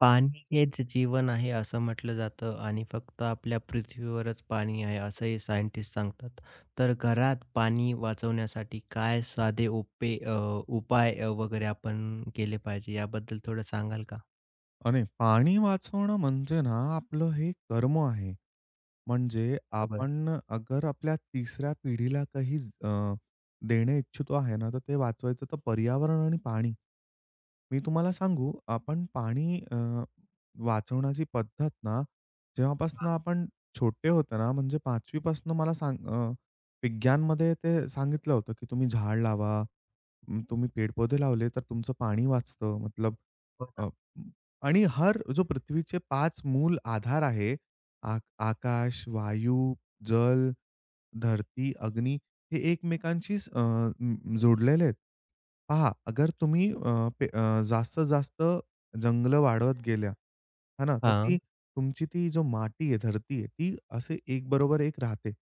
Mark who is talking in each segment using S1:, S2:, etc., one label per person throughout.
S1: पाणी हेच जीवन आहे असं म्हटलं जातं आणि फक्त आपल्या पृथ्वीवरच पाणी आहे असंही सायंटिस्ट सांगतात. तर घरात पाणी वाचवण्यासाठी काय साधे उपाय वगैरे आपण केले पाहिजे याबद्दल थोडं सांगाल का?
S2: आणि पाणी वाचवणं म्हणजे ना आपलं हे कर्म आहे. म्हणजे
S1: बरोबर.
S2: आपण अगर आपल्या तिसऱ्या पिढीला काही अ, देणे इच्छितो आहे ना, तर ते वाचवायचं तर पर्यावरण आणि पाणी. मी तुम्हाला सांगू आपण पाणी वाचवण्याची पद्धत ना, जेव्हापासनं आपण छोटे होतो ना, म्हणजे 5वी पासनं मला सांग विज्ञानमध्ये ते सांगितलं होतं, की तुम्ही झाड लावा, तुम्ही पेड-पौधे लावले तर तुमचं पाणी वाचतं. मतलब.
S1: हो.
S2: अ, आणि हर जो पृथ्वीचे पाच मूल आधार आहे, आक आकाश, वायू, जल, धरती, अग्नी हे एकमेकांशीच जोडलेले आहेत. पहा, अगर तुम्ही जास्तीत जास्त जंगलं वाढवत गेल्या, है ना, तर ती
S1: हां,
S2: तुमची ती जो माती आहे, धरती आहे, ती असे एक बरोबर एक राहते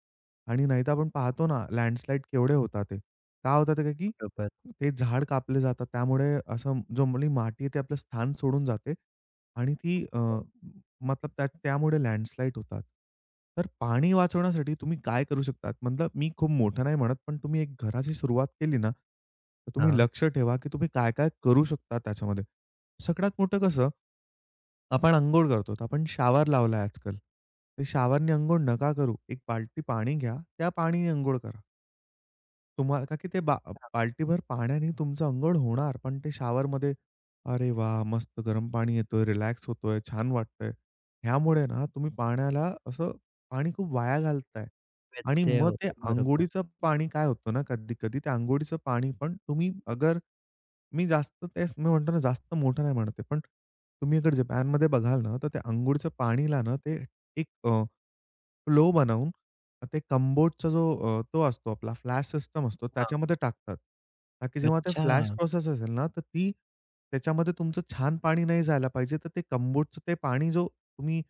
S2: आणि नाहीतर आपण पाहतो ना लँडस्लाईड केवढे होतात ते. का होतात ते का की
S1: बरोबर.
S2: ते झाड कापले जातात. त्यामुळे असं जमली माती आहे, ती आपलं स्थान सोडून जाते आणि ती मतलब त्यामुळे लँडस्लाईड होतात. तर पाणी वाचवण्यासाठी तुम्ही काय करू शकतात? मतलब मी खूप मोठं नाही म्हणत, पण तुम्ही एक घराची सुरुवात केली ना, तर तुम्ही
S1: हां,
S2: लक्ष ठेवा, की तुम्ही काय-काय करू शकता त्याच्यामध्ये. सगळ्यात मोठं कसं आपण अंघोळ करतो. तर आपण शावर लावलाय आजकाल. ते शॉवरनी अंघोळ नका करू. एक बाल्टी पाणी घ्या. त्या पाणीने अंघोळ करा. तुम्हाला का की ते बा बाल्टीभर पाण्याने तुमचं अंघोळ होणार. पण ते शॉवरमध्ये अरे वाह! मस्त गरम पाणी येतोय, रिलॅक्स होतोय, छान वाटतंय. ह्यामुळे ना तुम्ही पाण्याला असं पाणी खूप वाया घालताय. आणि
S1: व्यत्यय
S2: मग ते
S1: होतो. बरोबर.
S2: अंघोळीचं पाणी काय होतं ना, कधी-कधी ते अंघोळीचं पाणी पण तुम्ही अगर मी जास्त तेच मी म्हणतो ना, जास्त मोठं नाही म्हणत पण तुम्ही अगर जपानमध्ये बघाल ना, तर ते अंघोळीच्या पाणीला ना, ते एक लो बनवून ते कंबोर्डचा जो तो असतो आपला फ्लॅश सिस्टम असतो
S1: हां.
S2: त्याच्यामध्ये टाकतात. ताकी जेव्हा ते
S1: अच्छा,
S2: फ्लॅश प्रोसेस असेल ना, तर ती त्याच्यामध्ये तुमचं छान पाणी नाही जायला पाहिजे. तर ते कंबोर्डचं ते पाणी जो तुम्ही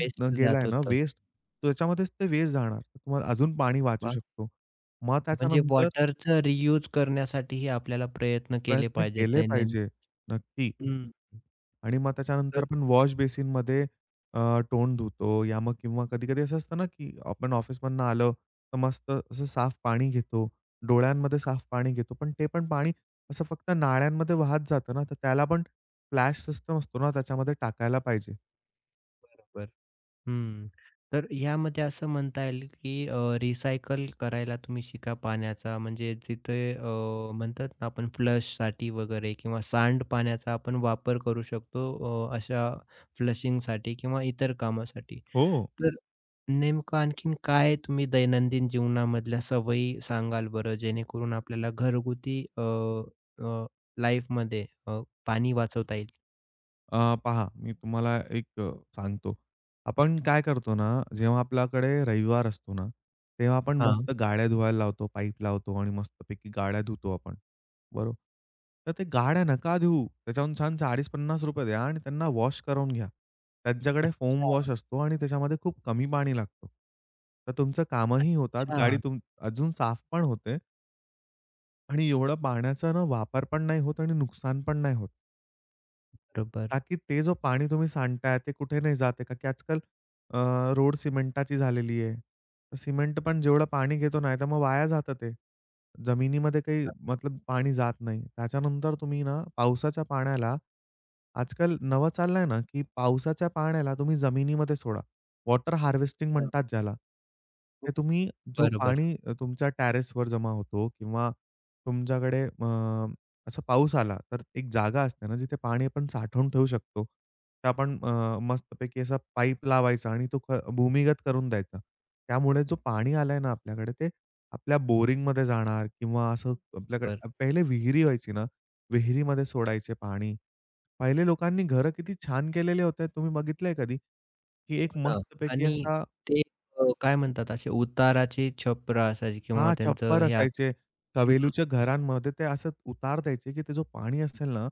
S1: वेस्ट जात
S2: गेलाय ना
S1: होतं.
S2: वेस्ट, त्याच्यामध्येच ते वेस्ट जाणार. तर तुम्हाला अजून पाणी
S1: अरे
S2: वाचू
S1: वाह!
S2: शकतो. मग
S1: म्हणजे
S2: त्याच्यानंतर
S1: वॉटरचं रियूज करण्यासाठीही आपल्याला प्रयत्न केले
S2: प्रयत्न
S1: पाहिजेत
S2: केले
S1: दैनंदिन.
S2: पाहिजे. नक्की.
S1: हं,
S2: आणि मग त्याच्यानंतर
S1: तर
S2: आपण वॉश बेसिनमध्ये अ, तोंड धुतो या मग किंवा कधी-कधी असं असतं ना, की आपण ऑफिसमधनं आलं, तर मस्त असं साफ पाणी घेतो. डोळ्यांमध्ये साफ पाणी घेतो. पण ते पण पाणी असं फक्त नाळ्यांमध्ये वाहत जातं ना, तर त्याला पण फ्लॅश सिस्टम असतो ना, त्याच्यामध्ये टाकायला पाहिजे.
S1: बरोबर. हं. तर यामध्ये असं म्हणता येईल, की रिसायकल करायला तुम्ही शिका पाण्याचा. म्हणजे तिथे म्हणतात ना आपण फ्लशसाठी वगैरे किंवा सांडपाण्याचा आपण वापर करू शकतो अशा फ्लशिंगसाठी किंवा इतर कामासाठी.
S2: हो.
S1: तर नेमकं आणखीन काय तुम्ही दैनंदिन जीवनामधल्या सवयी सांगाल बरं? जेणेकरून आपल्याला घरगुती अ, अ, लाईफमध्ये पाणी वाचवता येईल?
S2: पहा, मी तुम्हाला एक सांगतो. आपण काय करतो ना, जेव्हा आपल्याकडे रविवार असतो ना, तेव्हा आपण
S1: हां.
S2: मस्त गाड्या धुवायला लावतो, पाईप लावतो आणि मस्तपैकी गाड्या धुतो आपण. बरोबर. तर ते गाड्या नका धुवू. त्याच्याहून छान ₹40-50 द्या आणि त्यांना वॉश करून घ्या. त्यांच्याकडे फोम
S1: अच्छा.
S2: वॉश असतो आणि त्याच्यामध्ये खूप कमी पाणी लागतो. तर तुमचं कामही होतात,
S1: अच्छा.
S2: गाडी तुम अजून साफ पण होते आणि एवढा पाण्याचा ना वापर पण नाही होत आणि नुकसान पण नाही होत.
S1: बरोबर.
S2: ताकी ते जो पाणी तुम्ही सांडताय ते कुठे नाही जात का की आजकाल अ, रोड सिमेंटाची झालेली आहे. तर सिमेंट पण जेवढं पाणी घेतो नाही तर मग वाया जातं ते. जमिनीमध्ये काही मतलब पाणी जात नाही. त्याच्यानंतर तुम्ही ना पावसाच्या पाण्याला आजकाल नवं चाललंय ना, की पावसाच्या पाण्याला तुम्ही जमिनीमध्ये सोडा. वॉटर हार्वेस्टिंग
S1: हं.
S2: म्हणतात ज्याला. ते तुम्ही जो
S1: बरोबर.
S2: पाणी तुमच्या टेरेसवर जमा होतो किंवा तुमच्याकडे असा पाऊस आला, तर एक जागा असते ना, जिथे पाणी आपण साठवून ठेवू शकतो. तर आपण मस्तपैकी असा पाईप लावायचा आणि तो भूमिगत करून द्यायचा. त्यामुळे जो पाणी आलाय ना आपल्याकडे, ते आपल्या बोरिंगमध्ये जाणार किंवा असं
S1: बरोबर.
S2: आपल्याकडे पहिले विहिरी व्हायची ना, विहिरीमध्ये सोडायचे पाणी. पहिले लोकांनी घरं किती छान केलेले होते. तुम्ही बघितलंय कधी? की
S1: हो
S2: एक
S1: ना.
S2: मस्तपैकी
S1: आणि
S2: असा
S1: ते काय म्हणतात असे उताराचे छप्र असायचे किंवा
S2: हां,
S1: त्यांचं
S2: छप्पर
S1: हे असं
S2: असायचे.
S1: हं,
S2: कवेलूच्या
S1: हं.
S2: घरांमध्ये ते असं उतार द्यायचे, की ते जो पाणी असेल ना,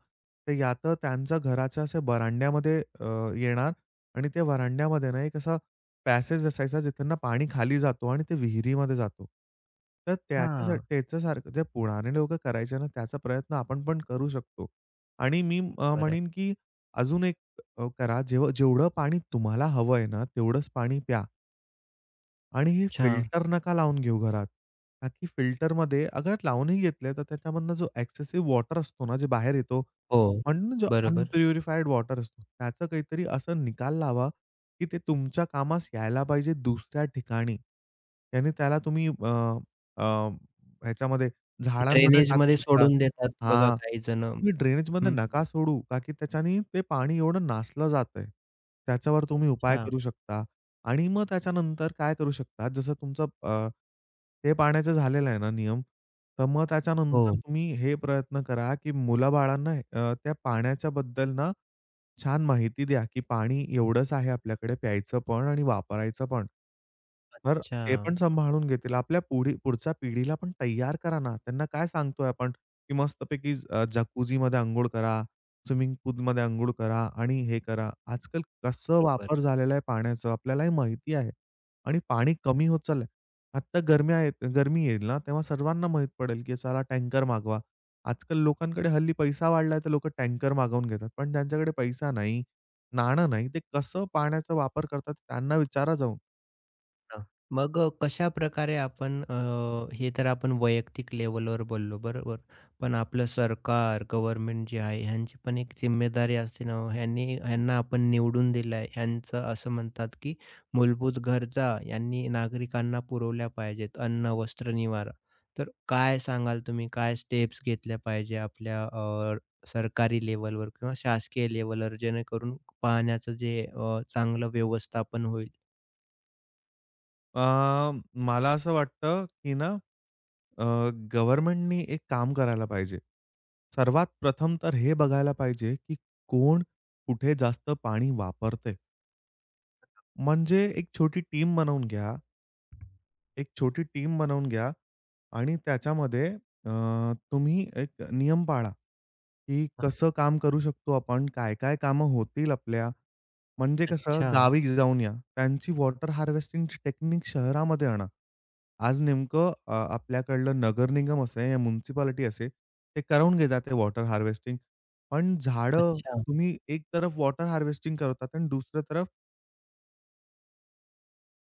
S2: ते या तर त्यांच्या घराच्या अशा व्हरांड्यामध्ये येणार आणि त्या व्हरांड्यामध्ये ना, एक असा पॅसेज असायचा, जिथून ना पाणी खाली जातो आणि ते विहिरीमध्ये जातो. तर
S1: हां,
S2: त्याच्यासाठी त्याच्यासारखं जे पुराणे लोकं करायचे ना, त्याचा प्रयत्न आपण पण करू शकतो. आणि मी
S1: बरं आहे.
S2: म्हणेन, की अजून एक करा, जेव्हा जेवढं पाणी तुम्हाला हवं आहे ना, तेवढंच पाणी प्या. आणि हे
S1: अच्छा.
S2: फिल्टर नका लावून घेऊ घरात. का की फिल्टरमध्ये अगर लावूनही घेतले, तर त्याच्यामधनं जो एक्सेसिव्ह वॉटर असतो ना, जे बाहेर येतो,
S1: हो,
S2: म्हणून ना जो
S1: बरोबर.
S2: अनप्युरिफाईड वॉटर असतो, त्याचं काहीतरी असं निकाल लावा, की ते तुमच्या कामास यायला पाहिजे दुसऱ्या ठिकाणी. त्याने त्याला तुम्ही अ, अ, ह्याच्यामध्ये झाडांमध्ये टाकू
S1: ड्रेनेजमध्ये
S2: शकतात.
S1: सोडून देतात बघा
S2: हां.
S1: काही जण.
S2: तुम्ही
S1: हं.
S2: ड्रेनेजमध्ये नका सोडू, का की त्याच्याने ते पाणी एवढं नासलं जातंय. त्याच्यावर तुम्ही उपाय
S1: अच्छा.
S2: करू शकता. आणि मग त्याच्यानंतर काय करू शकतात, जसं तुमचं ते पाण्याचं झालेलं आहे ना नियम, तर मग
S1: हो.
S2: त्याच्यानंतर तुम्ही हे प्रयत्न करा, की मुलाबाळांना त्या पाण्याच्याबद्दल ना छान माहिती द्या, की पाणी एवढंच आहे आपल्याकडे प्यायचं पण आणि वापरायचं पण. तर
S1: अच्छा.
S2: ते पण सांभाळून घेतील. आपल्या पुढच्या पिढीला पण तयार करा ना. त्यांना काय सांगतोय आपण, की मस्तपैकी जकूझीमध्ये करा. स्विमिंग पूलमध्ये अंघोळ करा आणि हे करा. आजकाल कसं
S1: बरोबर.
S2: वापर झालेला आहे पाण्याचं आपल्यालाही माहिती आहे. आणि पाणी कमी होत चाललंय. आत्ता गरम्या आहेत गरमी येईल ना, तेव्हा सर्वांना माहीत पडेल, की चला टँकर मागवा. आजकाल लोकांकडे हल्ली पैसा वाढलाय, तर लोकं टँकर मागवून घेतात. पण ज्यांच्याकडे पैसा नाही, नाणं नाही, ते कसं पाण्याचा वापर करतात त्यांना विचारा जाऊन.
S1: हां. मग कशाप्रकारे आपण हे तर आपण वैयक्तिक लेव्हलवर बोललो बरोबर. पण आपलं सरकार, गव्हर्नमेंट जे आहे ह्यांची पण एक जिम्मेदारी असते ना हो. ह्यांनी ह्यांना आपण निवडून दिलंय. ह्यांचं असं म्हणतात, की मूलभूत गरजा यांनी नागरिकांना पुरवल्या पाहिजेत. अन्न, वस्त्र, निवारा. तर काय सांगाल तुम्ही? काय स्टेप्स घेतल्या पाहिजे आपल्या सरकारी लेव्हलवर किंवा शासकीय लेव्हलवर जेणेकरून पाण्याचं जे चांगलं व्यवस्थापन होईल?
S2: अ, मला असं वाटतं, की ना अ, गव्हर्नमेंटनी एक काम करायला पाहिजे. सर्वात प्रथम तर हे बघायला पाहिजे, की कोण कुठे जास्त पाणी वापरतंय. म्हणजे एक छोटी टीम बनवून घ्या. एक छोटी टीम बनवून घ्या आणि त्याच्यामध्ये अ, तुम्ही एक नियम पाळा, की
S1: हां.
S2: कसं काम करू शकतो आपण? काय-काय कामं होतील आपल्या? म्हणजे कसं
S1: अच्छा.
S2: गावी जाऊन या. त्यांची वॉटर हार्वेस्टिंगची टेक्निक शहरामध्ये आणा. आज नेमकं आपल्याकडलं नगर निगम असे या म्युनिसिपालिटी असे, ते करवून घेतात ते वॉटर हार्वेस्टिंग. पण झाडं
S1: अच्छा,
S2: तुम्ही एक तरफ वॉटर हार्वेस्टिंग करतात आणि दुसऱ्या तरफ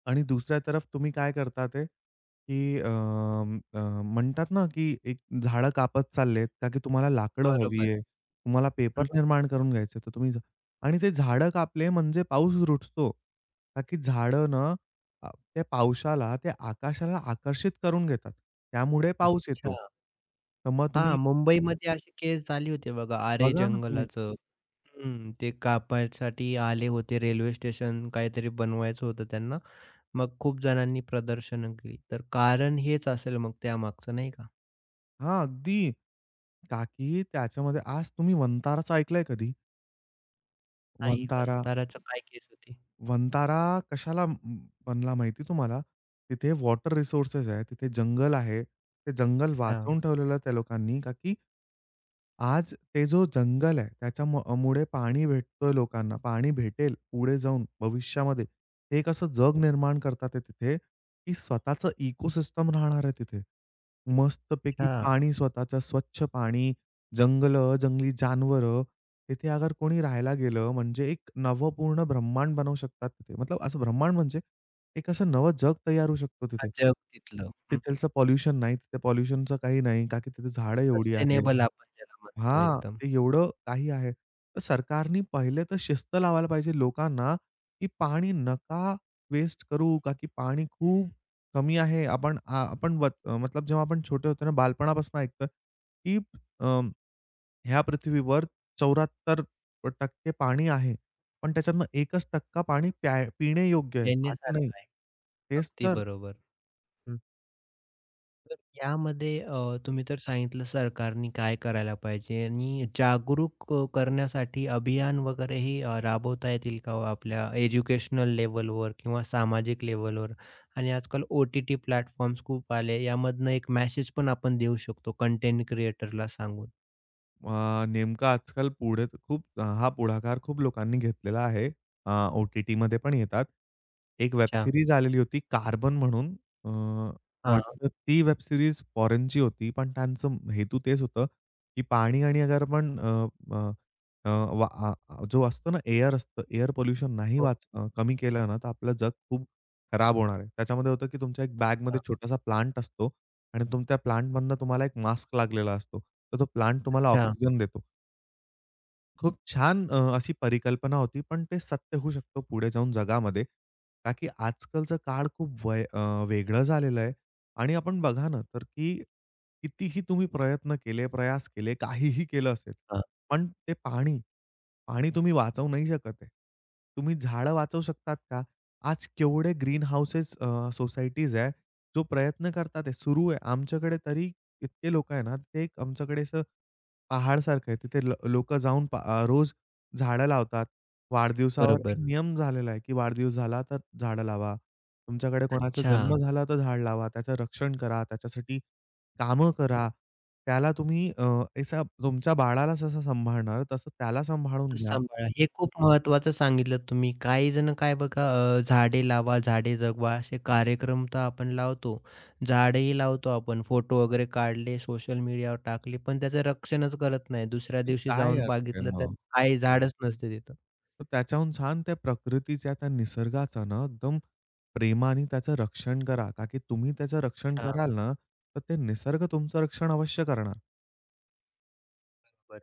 S2: आणि दुसऱ्या तरफ तुम्ही काय करता ते, की अ, अ, म्हणतात ना, की एक झाडं कापत चाललेत, का की तुम्हाला लाकडं हवी
S1: बरोबर.
S2: आहे. तुम्हाला पेपर
S1: हं,
S2: निर्माण करून घ्यायचं आहे, तर तुम्ही आणि ते झाडं कापले म्हणजे पाऊस रुततो. का की झाडं ना, त्या पावसाला, त्या आकाशाला आकर्षित करून घेतात. त्यामुळे पाऊस
S1: अच्छा.
S2: येतो. तर मग
S1: हां,
S2: तुम्ही
S1: मुंबईमध्ये अशी केस झाली होती बघा आरे
S2: बघा ना तुम्ही
S1: जंगलाचं. हं, ते कापायसाठी आले होते रेल्वे स्टेशन काहीतरी बनवायचं होतं त्यांना. मग खूप जणांनी प्रदर्शनं केली. तर कारण हेच असेल मग त्यामागचं नाही का?
S2: हां, अगदी. का की त्याच्यामध्ये आज तुम्ही वंताराचं ऐकलंय कधी?
S1: नाही,
S2: वंतारा
S1: वंताराचं काय केस होती?
S2: वंतारा कशाला बनला माहिती तुम्हाला? तिथे वॉटर रिसोर्सेस आहे, तिथे जंगल आहे. ते जंगल
S1: हां,
S2: वाचवून ठेवलेलं आहे त्या लोकांनी का की आज ते जो जंगल आहे, मुळे पाणी भेटतोय लोकांना. पाणी भेटेल पुढे जाऊन भविष्यामध्ये. ते एक असं जग निर्माण करतात आहे तिथे, की स्वतःचं इकोसिस्टम राहणार आहे तिथे. मस्तपैकी
S1: अच्छा.
S2: पाणी स्वतःचं स्वच्छ पाणी, जंगलं, जंगली जानवरं. तिथे अगर कोणी राहायला गेलं म्हणजे एक नवपूर्ण ब्रह्मांड बनवू शकतात तिथे. मतलब असं ब्रह्मांड म्हणजे एक असं नवं जग तयार होऊ शकतो
S1: हां,
S2: तिथे.
S1: जग तिथलं. हं,
S2: ते पॉल्युशन नाही, तिथे पॉल्युशनचं काही नाही, का की तिथे झाडं एवढी आहे.
S1: सस्टेनेबल आपण ज्याला म्हणतो
S2: हां,
S1: एकदम.
S2: ते एवढं काही आहे. तर सरकारनी पहिले तर शिस्त लावायला पाहिजे लोकांना, की पाणी नका वेस्ट करू, का की पाणी खूप कमी आहे. आपण मतलब जेव्हा आपण छोटे होतो ना, बालपणापासून ऐकतोय, की अ ह्या पृथ्वीवर 74% पाणी आहे. पण त्याच्यातनं 1% पाणी पिण्यायोग्य आहे, बाकी नाही.
S1: पेण्यासारखं आहे.
S2: तेच
S1: अगदी
S2: तर.
S1: बरोबर. हं. तर यामध्ये तुम्ही तर सांगितलं सरकारने काय करायला पाहिजे आणि जागरूक करण्यासाठी अभियान वगैरेही राबवता येतील का हो आपल्या एज्युकेशनल लेव्हलवर किंवा सामाजिक लेव्हलवर? आणि आजकाल ओ-टी-टी प्लॅटफॉर्म्स खूप आले. यामधनं एक मेसेज पण आपण देऊ शकतो कंटेंट क्रिएटरला सांगून.
S2: नेमकं आजकाल पुढे खूप हा पुढाकार खूप लोकांनी घेतलेला आहे. अ, ओ-टी-टीमध्ये पण येतात. एक वेब
S1: अच्छा.
S2: सीरीज आलेली होती कार्बन म्हणून. अ,
S1: हां.
S2: वाटतं ती वेब सीरीज फॉरेनची होती, पण त्यांचं हेतू तेच होतं, की पाणी आणि अगर आपण अ, अ, अ, वा आ आ जो असतो ना एअर असतं, एअर पोल्युशन नाही
S1: हो.
S2: कमी केलं ना, तर आपलं जग खूप खराब होणार आहे. त्याच्यामध्ये होतं, की तुमच्या एक बॅगमध्ये छोटासा प्लांट असतो. आणि तुमच्या प्लांटमधनं तुम्हाला एक मास्क लागलेला असतो. तर तो प्लांट तुम्हाला
S1: अच्छा.
S2: ऑक्सिजन देतो. खूप छान अशी परिकल्पना होती. पण ते सत्य होऊ शकतो पुढे जाऊन जगामध्ये. का की आजकालचं काळ खूप वेगळं झालेलं आहे आणि आपण बघा ना तर की कितीही तुम्ही प्रयत्न केले, प्रयास केले, काहीही केलं असेल,
S1: हां.
S2: पण ते पाणी पाणी तुम्ही वाचवू नाही शकत आहे. तुम्ही झाडं वाचवू शकतात का? आज केवढे ग्रीन हाउसेस सोसायटीज आहे, जो प्रयत्न करतात ते, सुरू आहे. आमच्याकडे तरी इतके लोकं आहे ना, ते एक आमच्याकडे असं पहाडसारखं आहे. तिथे ल जाऊन रोज झाडं लावतात. वाढदिवसावर एक
S1: बरोबर.
S2: नियम झालेला आहे, की वाढदिवस झाला तर झाडं लावा. तुमच्याकडे कोणाचा
S1: अच्छा.
S2: जन्म झाला तर झाड लावा. त्याचं रक्षण करा. त्याच्यासाठी कामं करा. त्याला तुम्ही असा तुमच्या बाळाला जसं सांभाळणार, तसं त्याला सांभाळून घ्या.
S1: सांभाळा. हे खूप महत्त्वाचं सांगितलं तुम्ही. काही जण काय बघा झाडे लावा, झाडे जगवा असे कार्यक्रम तर आपण लावतो. झाडेही लावतो आपण. फोटो वगैरे काढले, सोशल मीडियावर टाकले, पण त्याचं रक्षणच करत नाही. दुसऱ्या
S2: ते
S1: दिवशी
S2: काय
S1: जाऊन
S2: अर्थ आहे
S1: बघितलं तर
S2: मग?
S1: काही झाडच नसते तिथं.
S2: तर त्याच्याहून छान त्या प्रकृतीच्या, त्या निसर्गाचा ना एकदम प्रेमाने त्याचं रक्षण करा. का की तुम्ही त्याचं रक्षण कराल ना, तर ते निसर्ग तुमचं रक्षण अवश्य करणार.
S1: बरोबर.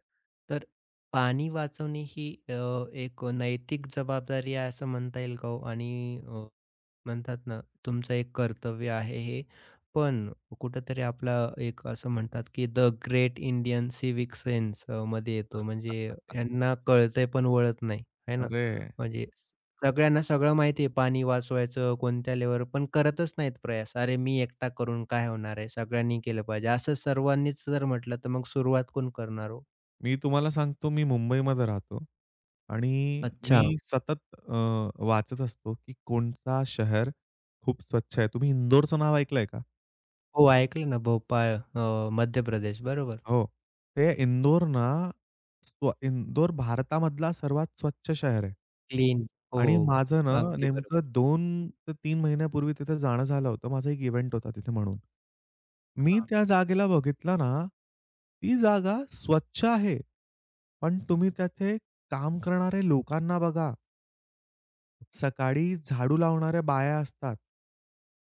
S1: तर पाणी वाचवणे ही एक नैतिक जबाबदारी आहे असं म्हणता येईल का हो? आणि म्हणतात ना तुमचं एक कर्तव्य आहे हे. पण कुठेतरी आपला एक असं म्हणतात की the great Indian civic sense मध्ये येतो. म्हणजे यांना कळतंय पण वळत नाही, आहे ना?
S2: अरे,
S1: म्हणजे सगळ्यांना सगळं माहिती आहे पाणी वाचवायचं कोणत्या लेव्हलवर पण करतच नाहीत प्रयास. अरे मी एकटा करून काय होणार आहे? सगळ्यांनी केलं पाहिजे. असं सर्वांनीच जर म्हटलं तर मग सुरुवात कोण करणार हो?
S2: मी तुम्हाला सांगतो मी मुंबईमध्ये राहतो आणि
S1: अच्छा.
S2: मी सतत अ, वाचत असतो, की कोणता शहर खूप स्वच्छ आहे. तुम्ही इंदोरचं नाव ऐकलंय का?
S1: हो, ऐकलं ना भोपाळ मध्य प्रदेश बरोबर.
S2: हो. ते इंदोर ना इंदोर भारतामधला सर्वात स्वच्छ शहर आहे.
S1: क्लीन हो,
S2: आणि माझं ना,
S1: अगदी बरोबर.
S2: नेमकं 2 ते 3 महिन्यापूर्वी तिथे जाणं झालं होतं. माझा एक इव्हेंट होता तिथे म्हणून. मी
S1: हां.
S2: त्या जागेला बघितलं ना, ती जागा स्वच्छ आहे. पण तुम्ही त्याचे काम करणारे लोकांना बघा. सकाळी झाडू लावणाऱ्या बाया असतात.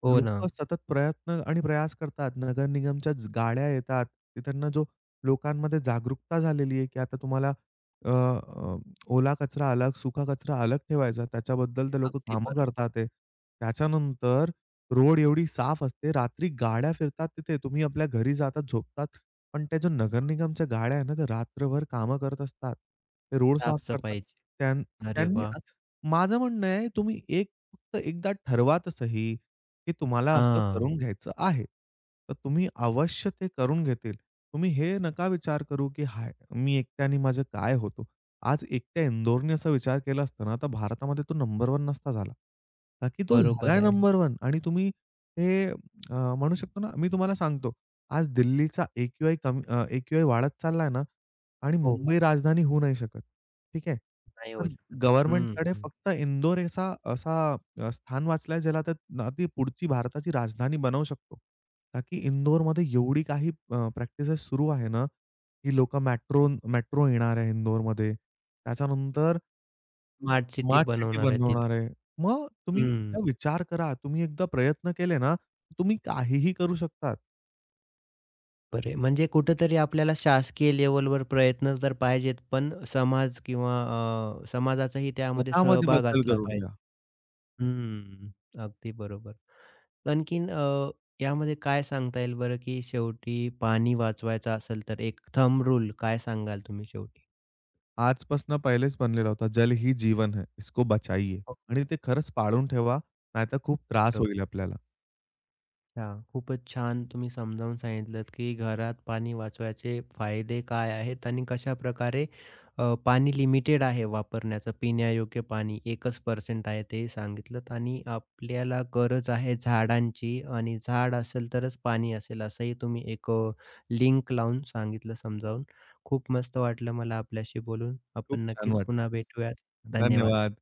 S1: हो ना,
S2: हं. सतत प्रयत्न आणि प्रयास करतात. नगर निगमच्याच गाड्या येतात. त्यांना जो लोकांमध्ये जागरूकता झालेली आहे, की आता तुम्हाला अ, अ, ओला कचरा अलग, सुका कचरा अलग ठेवायचा. त्याच्याबद्दल ते लोकं
S1: अगदी
S2: कामं
S1: बरोबर.
S2: करतात आहे. त्याच्यानंतर रोड एवढी साफ असते. रात्री गाड्या फिरतात तिथे. तुम्ही आपल्या घरी जातात, झोपतात. पण त्या ज्या नगर निगमच्या गाड्या आहे ना, त्या रात्रभर कामं करत असतात. ते रोड साफ करतात.
S1: साफ-सफाईची. अरे
S2: त्यांनी
S1: वाह!
S2: माझं म्हणणं आहे, तुम्ही एक फक्त एकदा ठरवा तर सही, की तुम्हाला असं
S1: हां,
S2: करून घ्यायचं आहे. तर तुम्ही अवश्य ते करून घेतील. तुम्ही हे नका विचार करू, की हाय, मी एकट्याने माझं काय होतो. आज एकट्या इंदोरने असा विचार केला असता ना, तर भारतामध्ये तो नंबर 1 नसता झाला. का की तो
S1: बरोबर
S2: झालाय
S1: आहे.
S2: नंबर 1 आणि तुम्ही हे म्हणू शकतो ना, मी तुम्हाला सांगतो, आज दिल्लीचा एक्यूआय एक्यूआय वाढत चाललाय ना आणि
S1: हो,
S2: मुंबई राजधानी होऊ नाही शकत. ठीक आहे?
S1: नाही
S2: तर
S1: होऊ शकत. हं,
S2: गव्हर्नमेंटकडे
S1: हं.
S2: फक्त इंदोर असा असा अ, स्थान वाचलाय ज्याला तर ना ती पुढची भारताची राजधानी बनवू शकतो. का की इंदोरमध्ये एवढी काही प्रॅक्टिसेस सुरू आहे ना, की लोकं मेट्रो मेट्रो येणार आहे इंदोरमध्ये. त्याच्यानंतर
S1: स्मार्ट सिटी
S2: स्मार्ट सिटी
S1: बनवणार आहे तिथे.
S2: बनवणार आहे. मग तुम्ही
S1: हं,
S2: एकदा विचार करा. तुम्ही एकदा प्रयत्न केले ना, तुम्ही काहीही करू शकतात.
S1: बरं आहे. म्हणजे कुठेतरी आपल्याला शासकीय लेव्हलवर प्रयत्न तर पाहिजेत, पण समाज किंवा समाजाचाही त्यामध्ये
S2: स्वतःमध्ये
S1: सहभाग
S2: बदल
S1: असला
S2: करून
S1: पाहिजे.
S2: घ्या.
S1: हं, अगदी बरोबर. आणखीन यामध्ये काय सांगता येईल बरं, की शेवटी पाणी वाचवायचं असेल तर एक थंब रूल काय सांगाल तुम्ही शेवटी?
S2: आजपासून पहिलेच बनलेला होता, "जल ही जीवन है, इसको बचाइये." आणि ते खरंच पाळून ठेवा, नाहीतर खूप त्रास होईल आपल्याला.
S1: हां, खूपच छान तुम्ही समजावून सांगितलंत, की घरात पाणी वाचवायचे फायदे काय आहेत आणि कशाप्रकारे पाणी लिमिटेड आहे वापरण्याचं, पिण्यायोग्य पाणी 1% आहे तेही सांगितलंत आणि आपल्याला गरज आहे झाडांची आणि झाड असेल तरच पाणी असेल असंही तुम्ही एक लिंक लावून सांगितलं समजावून. खूप मस्त वाटलं मला आपल्याशी बोलून.
S2: खूप
S1: आपण
S2: छान
S1: नक्कीच
S2: वाटलं.
S1: पुन्हा भेटूयात. धन्यवाद.
S2: धन्यवाद.